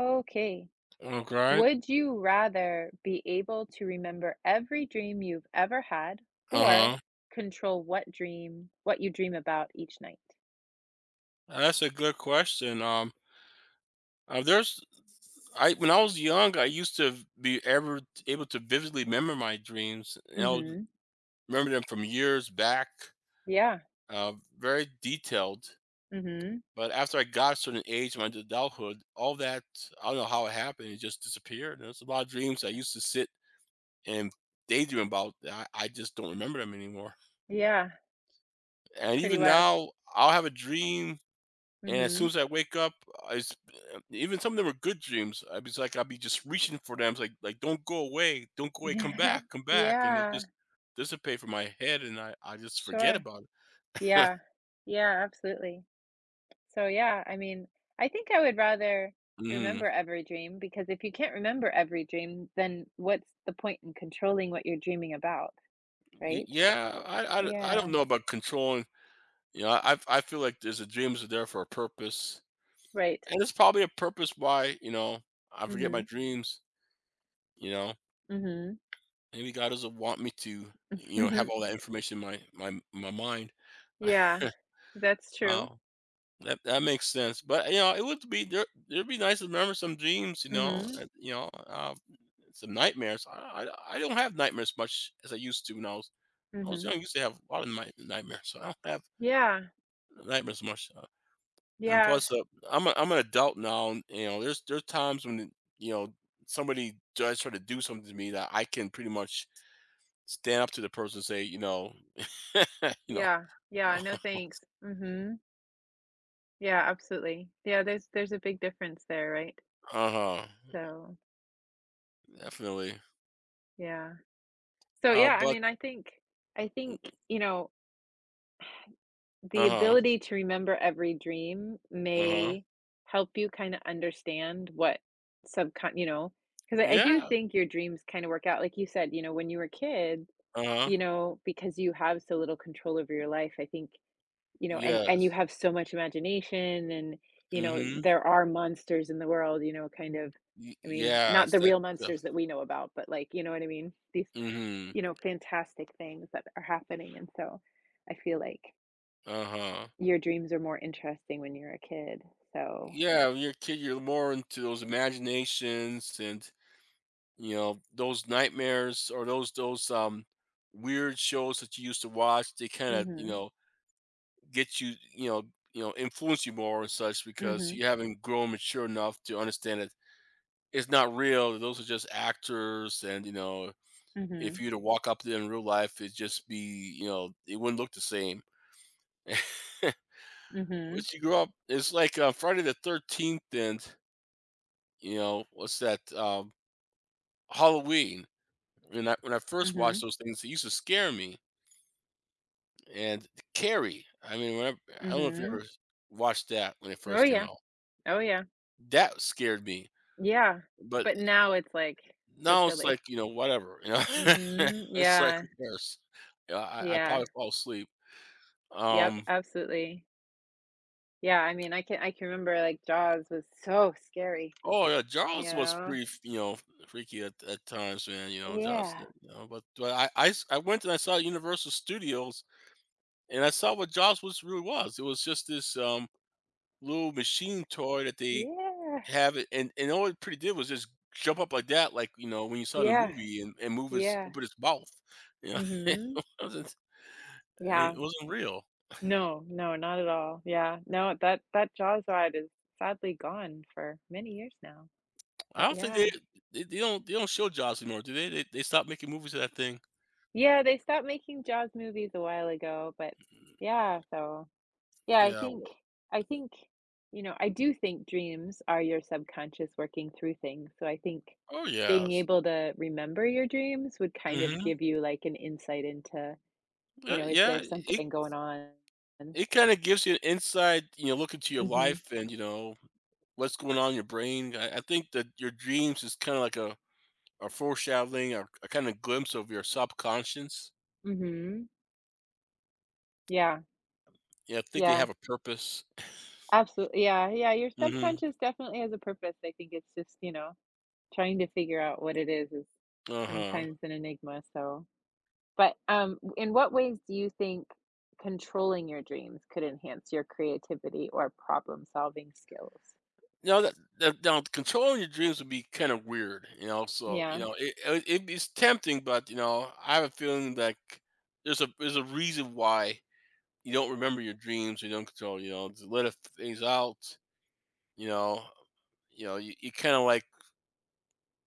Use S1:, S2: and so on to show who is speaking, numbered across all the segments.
S1: Okay.
S2: Okay.
S1: Would you rather be able to remember every dream you've ever had or
S2: Uh-huh.
S1: control what dream, what you dream about each night?
S2: That's a good question. There's I when I was young, I used to be ever able to vividly remember my dreams, and I would
S1: Hmm.
S2: remember them from years back,
S1: Yeah.
S2: uh, very detailed.
S1: Hmm.
S2: But after I got a certain age, my adulthood, all that I don't know how it happened, it just disappeared. There's a lot of dreams I used to sit and daydream about. I just don't remember them anymore.
S1: Yeah.
S2: And
S1: Pretty
S2: even
S1: wild.
S2: now, I'll have a dream. And as
S1: Hmm.
S2: soon as I wake up, I s- even some of them are good dreams. I was like, I'll be just reaching for them. It's like, don't go away, come back, and it
S1: Yeah.
S2: just dissipate from my head, and I just forget
S1: Sure.
S2: about it.
S1: Yeah. Yeah, absolutely. So yeah, I think I would rather
S2: Hmm.
S1: remember every dream because if you can't remember every dream, then what's the point in controlling what you're dreaming about, right?
S2: Yeah, I, I
S1: Yeah.
S2: don't know about controlling. I feel like there's a dreams are there for a purpose,
S1: Right.
S2: and it's probably a purpose why I forget my
S1: Mhm.
S2: dreams. You know,
S1: Mhm.
S2: maybe God doesn't want me to, you know, have
S1: Mhm.
S2: all that information in my mind.
S1: Yeah. That's true.
S2: Oh. That makes sense, but, you know, it'd be nice to remember some dreams, you know,
S1: Mhm.
S2: and, some nightmares. I don't have nightmares much as I used to when I was
S1: Mhm.
S2: young, I used to have a lot of nightmares, so I don't have
S1: Yeah.
S2: nightmares much, and
S1: Yeah.
S2: plus, I'm an adult now, and, you know, there's times when, you know, somebody does try to do something to me that I can pretty much stand up to the person and say, you know. You know.
S1: Yeah. Yeah. No, thanks. Mhm. Yeah, absolutely. Yeah, there's a big difference there, right?
S2: Uh-huh,
S1: So,
S2: definitely,
S1: yeah. So, yeah,
S2: but
S1: I think you know, the
S2: Uh-huh,
S1: ability to remember every dream
S2: uh-huh.
S1: may help you kinda understand what subcon you know. Because I do
S2: Yeah.
S1: think your dreams kinda work out. Like you said, you know, when you were kids.
S2: Uh-huh.
S1: You know, because you have so little control over your life, I think, you know, and you
S2: Yes.
S1: have so much imagination and, you know,
S2: Mhm.
S1: there are monsters in the world, you know, kind of.
S2: Y
S1: I mean, not
S2: Yes,
S1: the
S2: that
S1: real
S2: stuff.
S1: monsters that we know about, but like, you know what I mean? These,
S2: Mhm.
S1: you know, fantastic things that are happening. And so I feel like
S2: Uh-huh.
S1: your dreams are more interesting when you're a kid. So,
S2: Yeah, when you're a kid, you're more into those imaginations and, you know, those nightmares or those, weird shows that you used to watch, they kinda,
S1: mhm,
S2: get you you know you know, influence you more and such because
S1: mhm,
S2: you haven't grown mature enough to understand that it's not real, those are just actors and, you know, if
S1: mhm,
S2: you were to walk up to them in real life, it'd just be it wouldn't look the same.
S1: mhm,
S2: Once you grow up, it's like, Friday the 13th and, you know, what's that, um, Halloween. When I first watched
S1: mhm,
S2: those things, they used to scare me, and Carrie, I mean, whenever I don't know if you
S1: mhm.
S2: ever watched that when it
S1: Oh
S2: first came
S1: yeah.
S2: out.
S1: Oh yeah.
S2: That scared me,
S1: Yeah.
S2: but
S1: But now it's like so
S2: now it's
S1: silly.
S2: like, you know, whatever, you know?
S1: Mhm.
S2: It's like,
S1: Yeah.
S2: who cares? You know, I
S1: Yeah.
S2: probably fall asleep.
S1: Yep,
S2: Um
S1: absolutely. Yeah, I can remember, like, Jaws was so scary,
S2: Oh yeah,
S1: you
S2: Jaws was
S1: know?
S2: pretty, freaky at times, man. You know, Jaws,
S1: Yeah.
S2: but, I went and I saw Universal Studios and I saw what Jaws was really was. It was just this little machine toy that they
S1: Yeah.
S2: have it, and all it pretty did was just jump up like that, like you know when you saw the
S1: Yeah.
S2: movie and move his
S1: Yeah.
S2: open his mouth. You know, it
S1: Mhm.
S2: wasn't
S1: Yeah.
S2: it wasn't real.
S1: No, no, not at all. Yeah. No, that that Jaws ride is sadly gone for many years now,
S2: I
S1: but
S2: don't think they
S1: yeah.
S2: don't they don't show Jaws anymore, do they? They stopped making movies of that thing.
S1: Yeah, they stopped making Jaws movies a while ago, but yeah, so. Yeah,
S2: Yeah.
S1: I think, you know, I do think dreams are your subconscious working through things. So I think
S2: Oh
S1: being
S2: yes.
S1: able to remember your dreams would kind of
S2: Mm-hmm.
S1: give you like an insight into, you know, is
S2: Yeah,
S1: there
S2: it
S1: something going on?
S2: it kind of gives you an inside, you know, look into your
S1: Mm-hmm.
S2: life and you know what's going on in your brain. I think that your dreams is kind of like a foreshadowing or a kind of glimpse of your subconscious.
S1: Mm-hmm. Yeah.
S2: Yeah, I think they
S1: Yeah.
S2: have a purpose.
S1: Absolutely. Yeah. Yeah. Your
S2: Hmm.
S1: subconscious definitely has a purpose. I think it's just, you know, trying to figure out what it is
S2: Uh huh.
S1: sometimes an enigma. So. But in what ways do you think controlling your dreams could enhance your creativity or problem-solving skills?
S2: Now that, that now controlling your dreams would be kind of weird, you know. So you
S1: Yeah,
S2: know it's tempting, but you know I have a feeling like there's a reason why you don't remember your dreams, you don't control, you know, just let it, things out. You know, you know, you kind of like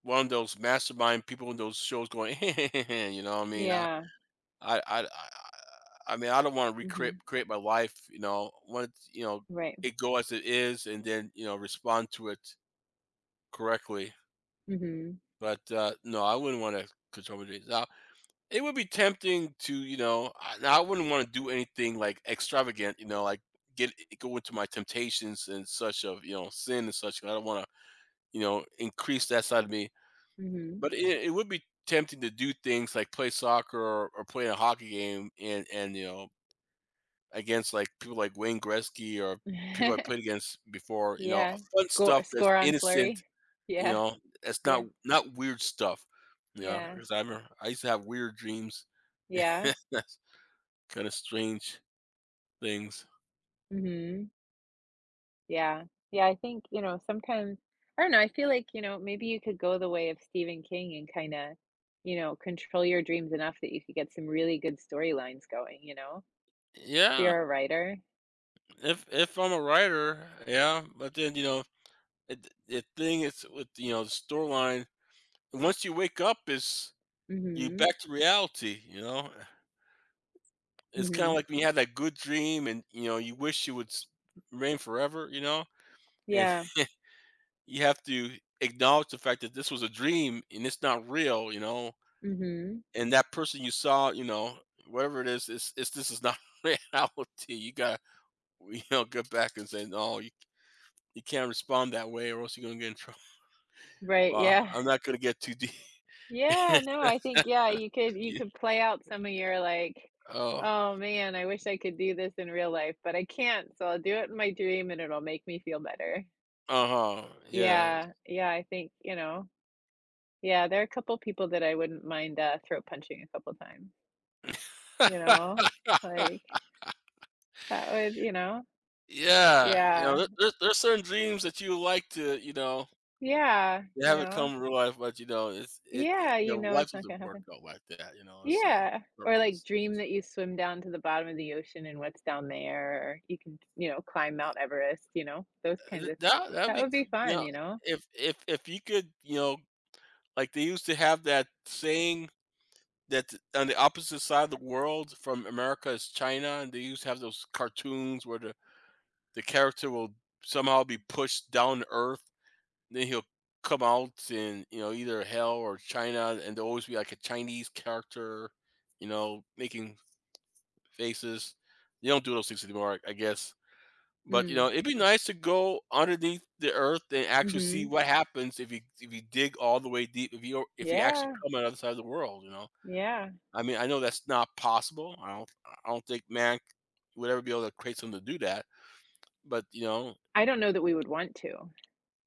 S2: one of those mastermind people in those shows going, you know, what I mean,
S1: yeah,
S2: I, I, I, I mean, I don't want to recreate
S1: mhm,
S2: create my life, you know, want it, you know,
S1: right,
S2: it go as it is, and then you know, respond to it correctly.
S1: mhm,
S2: But no, I wouldn't want to control my days. Now, it would be tempting to, you know, now I wouldn't want to do anything like extravagant, you know, like get go into my temptations and such of you know sin and such. 'Cause I don't want to, you know, increase that side of me.
S1: mhm.
S2: But it would be tempting to do things like play soccer or play a hockey game and you know against like people like Wayne Gretzky or people I played against before. You know,
S1: Yeah,
S2: fun
S1: score
S2: stuff that's
S1: score on
S2: innocent.
S1: flurry.
S2: You
S1: Yeah,
S2: know, that's
S1: yeah,
S2: not weird stuff. You know,
S1: yeah,
S2: because I remember I used to have weird dreams.
S1: yeah,
S2: That's kind of strange things.
S1: mhm, yeah. Yeah, I think, you know, sometimes I don't know, I feel like, you know, maybe you could go the way of Stephen King and kinda, you know, control your dreams enough that you could get some really good storylines going, you know?
S2: Yeah,
S1: You're a writer?
S2: if I'm a writer, yeah. But then you know, it, the thing is with you know the storyline. Once you wake up, is you
S1: Mhm,
S2: back to reality, you know? It's kinda
S1: mhm.
S2: like when you had that good dream and, you know, you wish it would s rain forever, you know? And
S1: Yeah,
S2: you have to acknowledge the fact that this was a dream and it's not real, you know?
S1: mhm.
S2: And that person you saw, you know, whatever it is, it's this is not reality. You gotta, you know, get back and say, "No, you can't respond that way or else you're gonna get in trouble."
S1: Right,
S2: Well,
S1: yeah.
S2: I'm not gonna get too deep.
S1: Yeah, no, I think, yeah, you could you
S2: Yeah.
S1: could play out some of your, like,
S2: Oh.
S1: "Oh, man, I wish I could do this in real life, but I can't, so I'll do it in my dream, and it'll make me feel better."
S2: Uh-huh. Yeah.
S1: Yeah, yeah, I think, you know, yeah, there are a couple people that I wouldn't mind, throat punching a couple times, you know? Like, that would you know?
S2: Yeah, you know,
S1: Yeah.
S2: there's certain dreams that you would like to, you know,
S1: Yeah,
S2: they
S1: you
S2: haven't
S1: know?
S2: come in real life, but you know,
S1: Yeah,
S2: you
S1: you
S2: know,
S1: know
S2: life
S1: it's not gonna
S2: doesn't work
S1: happen.
S2: out like that. You know, it's a
S1: Yeah, or, like,
S2: purpose.
S1: dream that you swim down to the bottom of the ocean and what's down there, or you can, you know, climb Mount Everest, you know, those kinds of
S2: That that'd
S1: that
S2: be
S1: would be
S2: cool. You
S1: fun,
S2: know,
S1: you know?
S2: if you could, you know, like they used to have that saying on the opposite side of the world from America is China, and they used to have those cartoons where the character will somehow be pushed down to earth. Then he'll come out in, you know, either hell or China, and there'll always be like a Chinese character, you know, making faces. They don't do those things anymore, I guess. But you know,
S1: Mm,
S2: it'd be nice to go underneath the earth and actually see
S1: mhm.
S2: what happens if you dig all the way deep. If you actually
S1: Yeah,
S2: come on the other side of the world, you know.
S1: yeah.
S2: I mean, I know that's not possible. I don't think man would ever be able to create something to do that. But you know,
S1: I don't know that we would want to.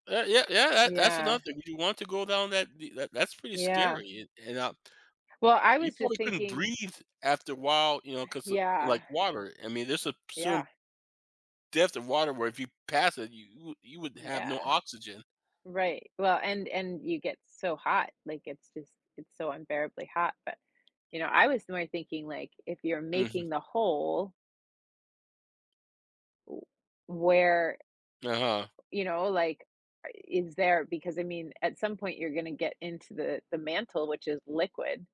S2: Yeah, yeah, that's
S1: Yeah,
S2: another thing. You want to go down that, that's pretty
S1: yeah.
S2: scary, and,
S1: Well, I
S2: you
S1: was just
S2: probably couldn't
S1: thinking
S2: breathe after a while, you know, because
S1: yeah,
S2: like water. I mean, there's a
S1: yeah,
S2: certain depth of water where if you pass it, you would have no
S1: yeah,
S2: oxygen.
S1: right. Well, and you get so hot, like, it's just it's so unbearably hot, but, you know, I was more thinking, like, if you're making
S2: Hmm.
S1: the hole, w where
S2: Uh huh.
S1: you know, like is there because I mean, at some point you're going to get into the mantle, which is liquid.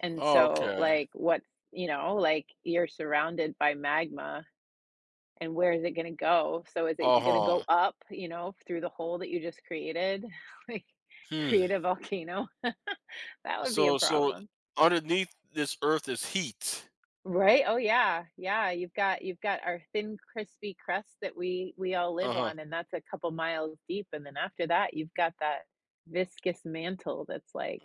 S1: And so
S2: Okay.
S1: like what's, you know, like you're surrounded by magma and where is it going to go? So is
S2: Uh
S1: it going to go
S2: huh.
S1: up, you know, through the hole that you just created? Like
S2: Hmm.
S1: create a volcano? That would be a
S2: So
S1: problem.
S2: underneath this earth is heat.
S1: Right? Oh, yeah, yeah, you've got our thin, crispy crust that we all live
S2: Uh huh.
S1: on, and that's a couple miles deep, and then after that, you've got that viscous mantle that's like,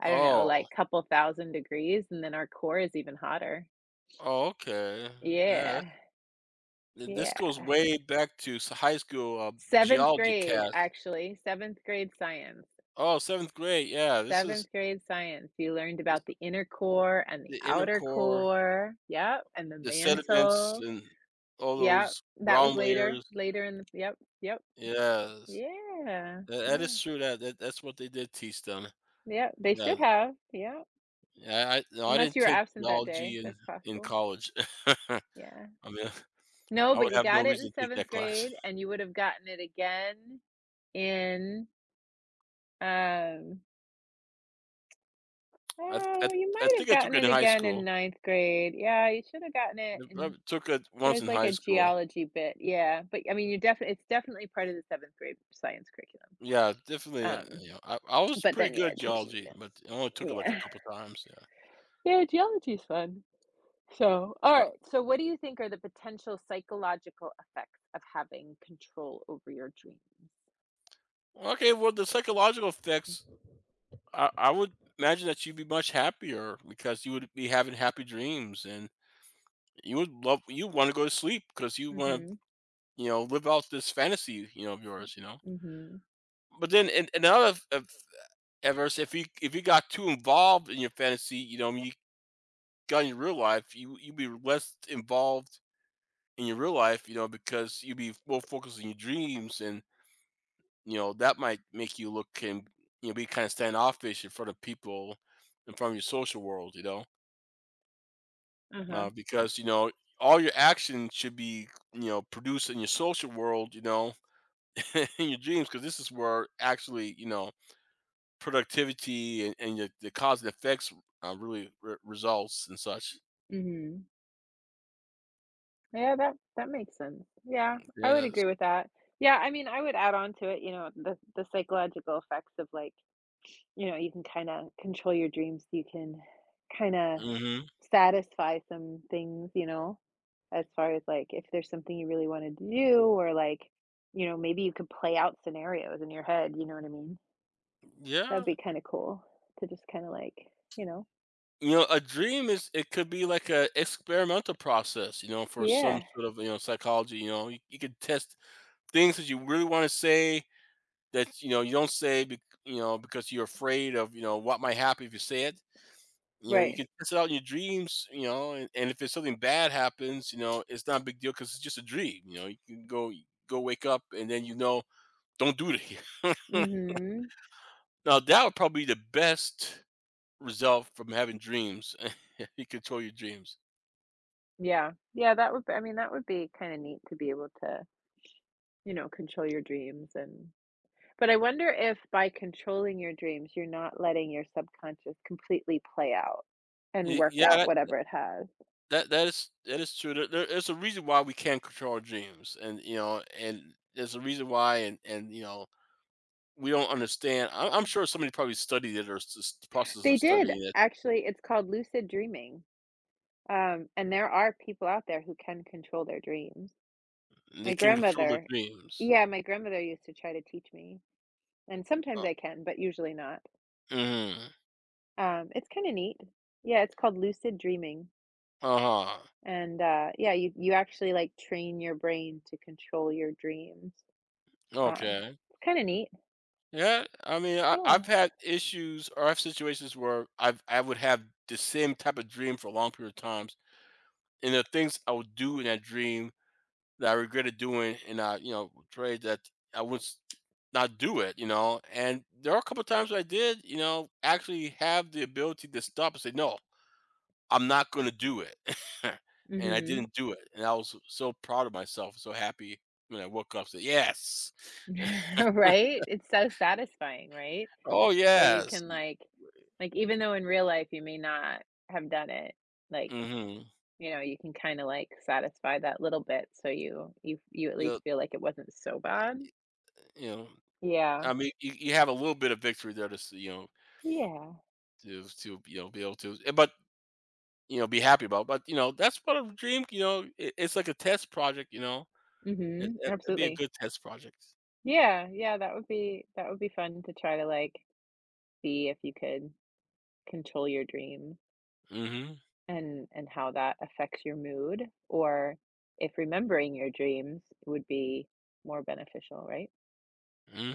S1: I don't know,
S2: Oh.
S1: like couple thousand degrees, and then our core is even hotter.
S2: Oh. Okay. Yeah.
S1: Yeah,
S2: This
S1: yeah.
S2: goes way back to high school
S1: 7th
S2: geology
S1: grade,
S2: class.
S1: actually, 7th grade science.
S2: Oh, 7th grade, yeah,
S1: 7th grade science, you learned
S2: this
S1: about the
S2: is
S1: inner core and the
S2: the inner
S1: outer
S2: core,
S1: core. Yep, and the
S2: the sediments
S1: mantle.
S2: and all
S1: Yep,
S2: those
S1: that was
S2: ground
S1: later
S2: layers.
S1: later in the yep, yep.
S2: Yes,
S1: Yeah,
S2: that
S1: yeah,
S2: is true that that's what they did teach them.
S1: yep, they should
S2: Yeah,
S1: have, yep,
S2: I no, I
S1: unless
S2: didn't
S1: you were
S2: take
S1: absent that day,
S2: geology in
S1: that's possible,
S2: college. I
S1: yeah.
S2: mean,
S1: No,
S2: I
S1: but
S2: would
S1: you
S2: have no
S1: got it in
S2: reason to take that
S1: 7th
S2: class.
S1: grade, and you would have gotten it again in, um
S2: I I
S1: oh, you
S2: I
S1: might have
S2: think I took
S1: gotten
S2: it
S1: it
S2: in high
S1: again in
S2: school.
S1: ninth grade, yeah, you should have gotten it
S2: I
S1: in
S2: took it once
S1: there's
S2: in
S1: like
S2: high
S1: a
S2: school.
S1: geology bit, yeah, but, I mean, you definitely it's definitely part of the 7th grade science curriculum,
S2: Yeah, definitely,
S1: um,
S2: you know, I was
S1: but
S2: pretty
S1: then,
S2: good
S1: yeah,
S2: at
S1: it touches it
S2: geology,
S1: again,
S2: but I only took it like a
S1: yeah.
S2: couple times, yeah.
S1: Yeah, geology is fun. So, all right. So, what do you think are the potential psychological effects of having control over your dreams?
S2: Okay, well, the psychological effects, I would imagine that you'd be much happier because you would be having happy dreams and you would love, you want to go to sleep because you want to,
S1: Mhm.
S2: you know, live out this fantasy, you know, of yours, you know.
S1: Mhm.
S2: But then another of adverse, if you got too involved in your fantasy, you know, you you'd be less involved in your real life, you know, because you'd be more focused on your dreams and you know, that might make you look and you know be kind of standoffish in front of people, in front of your social world, you know,
S1: Uh-huh.
S2: because you know all your actions should be you know produced in your social world, you know, in your dreams, because this is where actually you know productivity and your, the cause and effects really results and such.
S1: Mhm. Yeah, that that makes sense. Yeah, I would agree
S2: Yes.
S1: with that. Yeah, I would add on to it, you know, the psychological effects of like, you know, you can kind of control your dreams. You can kind of
S2: Hmm.
S1: satisfy some things, you know, as far as, like, if there's something you really wanted to do or, like, you know, maybe you could play out scenarios in your head, you know what I mean? That'd
S2: Yeah.
S1: be kinda cool to just kinda, like, you know.
S2: You know, a dream is it could be like a experimental process. You know, for some
S1: Yeah,
S2: sort of you know psychology. You know, you could test things that you really want to say that you know you don't say you know because you're afraid of you know what might happen if you say it, you know you
S1: right.
S2: can test it out in your dreams you know, and if it's something bad happens you know it's not a big deal because it's just a dream you know you can go wake up and then you know don't do it here.
S1: Mhm.
S2: Now that would probably be the best result from having dreams. You control your dreams.
S1: Yeah. Yeah, that would be- I mean, that would be kinda neat to be able to, you know, control your dreams and but I wonder if by controlling your dreams, you're not letting your subconscious completely play out and work
S2: Yeah
S1: out
S2: that,
S1: whatever it has.
S2: that is true there's a reason why we can't control our dreams and you know and there's a reason why and you know we don't understand. I'm sure somebody probably studied it or s s the process
S1: They
S2: of
S1: did,
S2: studying it,
S1: actually, it's called lucid dreaming, and there are people out there who can control their dreams.
S2: and they
S1: My
S2: can control their
S1: grandmother
S2: dreams.
S1: yeah, my grandmother used to try to teach me, and sometimes
S2: Uh
S1: I can, but usually not.
S2: mhm.
S1: It's kinda neat. Yeah, it's called lucid dreaming,
S2: Uh-huh.
S1: and, yeah, you actually, like, train your brain to control your dreams. Um,
S2: Okay.
S1: it's kinda neat.
S2: Yeah, I mean,
S1: Yeah.
S2: I've had issues or I have situations where I would have the same type of dream for a long period of times, and there are things I would do in that dream that I regretted doing, and I, you know, prayed that I would s not do it, you know? And there are a couple of times where I did, you know, actually have the ability to stop and say, "No. I'm not gonna do it." And I
S1: Mhm.
S2: didn't do it, and I was so proud of myself, so happy when I woke up, said, "Yes."
S1: Right? It's so satisfying, right?
S2: "Oh,
S1: Where you
S2: yes."
S1: can
S2: Y
S1: like even though in real life you may not have done it, like,
S2: Mhm.
S1: you know, you can kinda like satisfy that little bit so you at least
S2: Yep,
S1: feel like it wasn't so bad.
S2: you know,
S1: Yeah.
S2: I mean, you have a little bit of victory there to s you know,
S1: Yeah.
S2: to, you know, be able to you know, be happy about, but, you know, that's part of dream, you know, it it's like a test project, you know?
S1: Mhm.
S2: It'd be a
S1: Absolutely.
S2: good test project.
S1: Yeah, yeah, that would be fun to try to like see if you could control your dreams.
S2: Mhm.
S1: And how that affects your mood or if remembering your dreams would be more beneficial, right?
S2: Mm.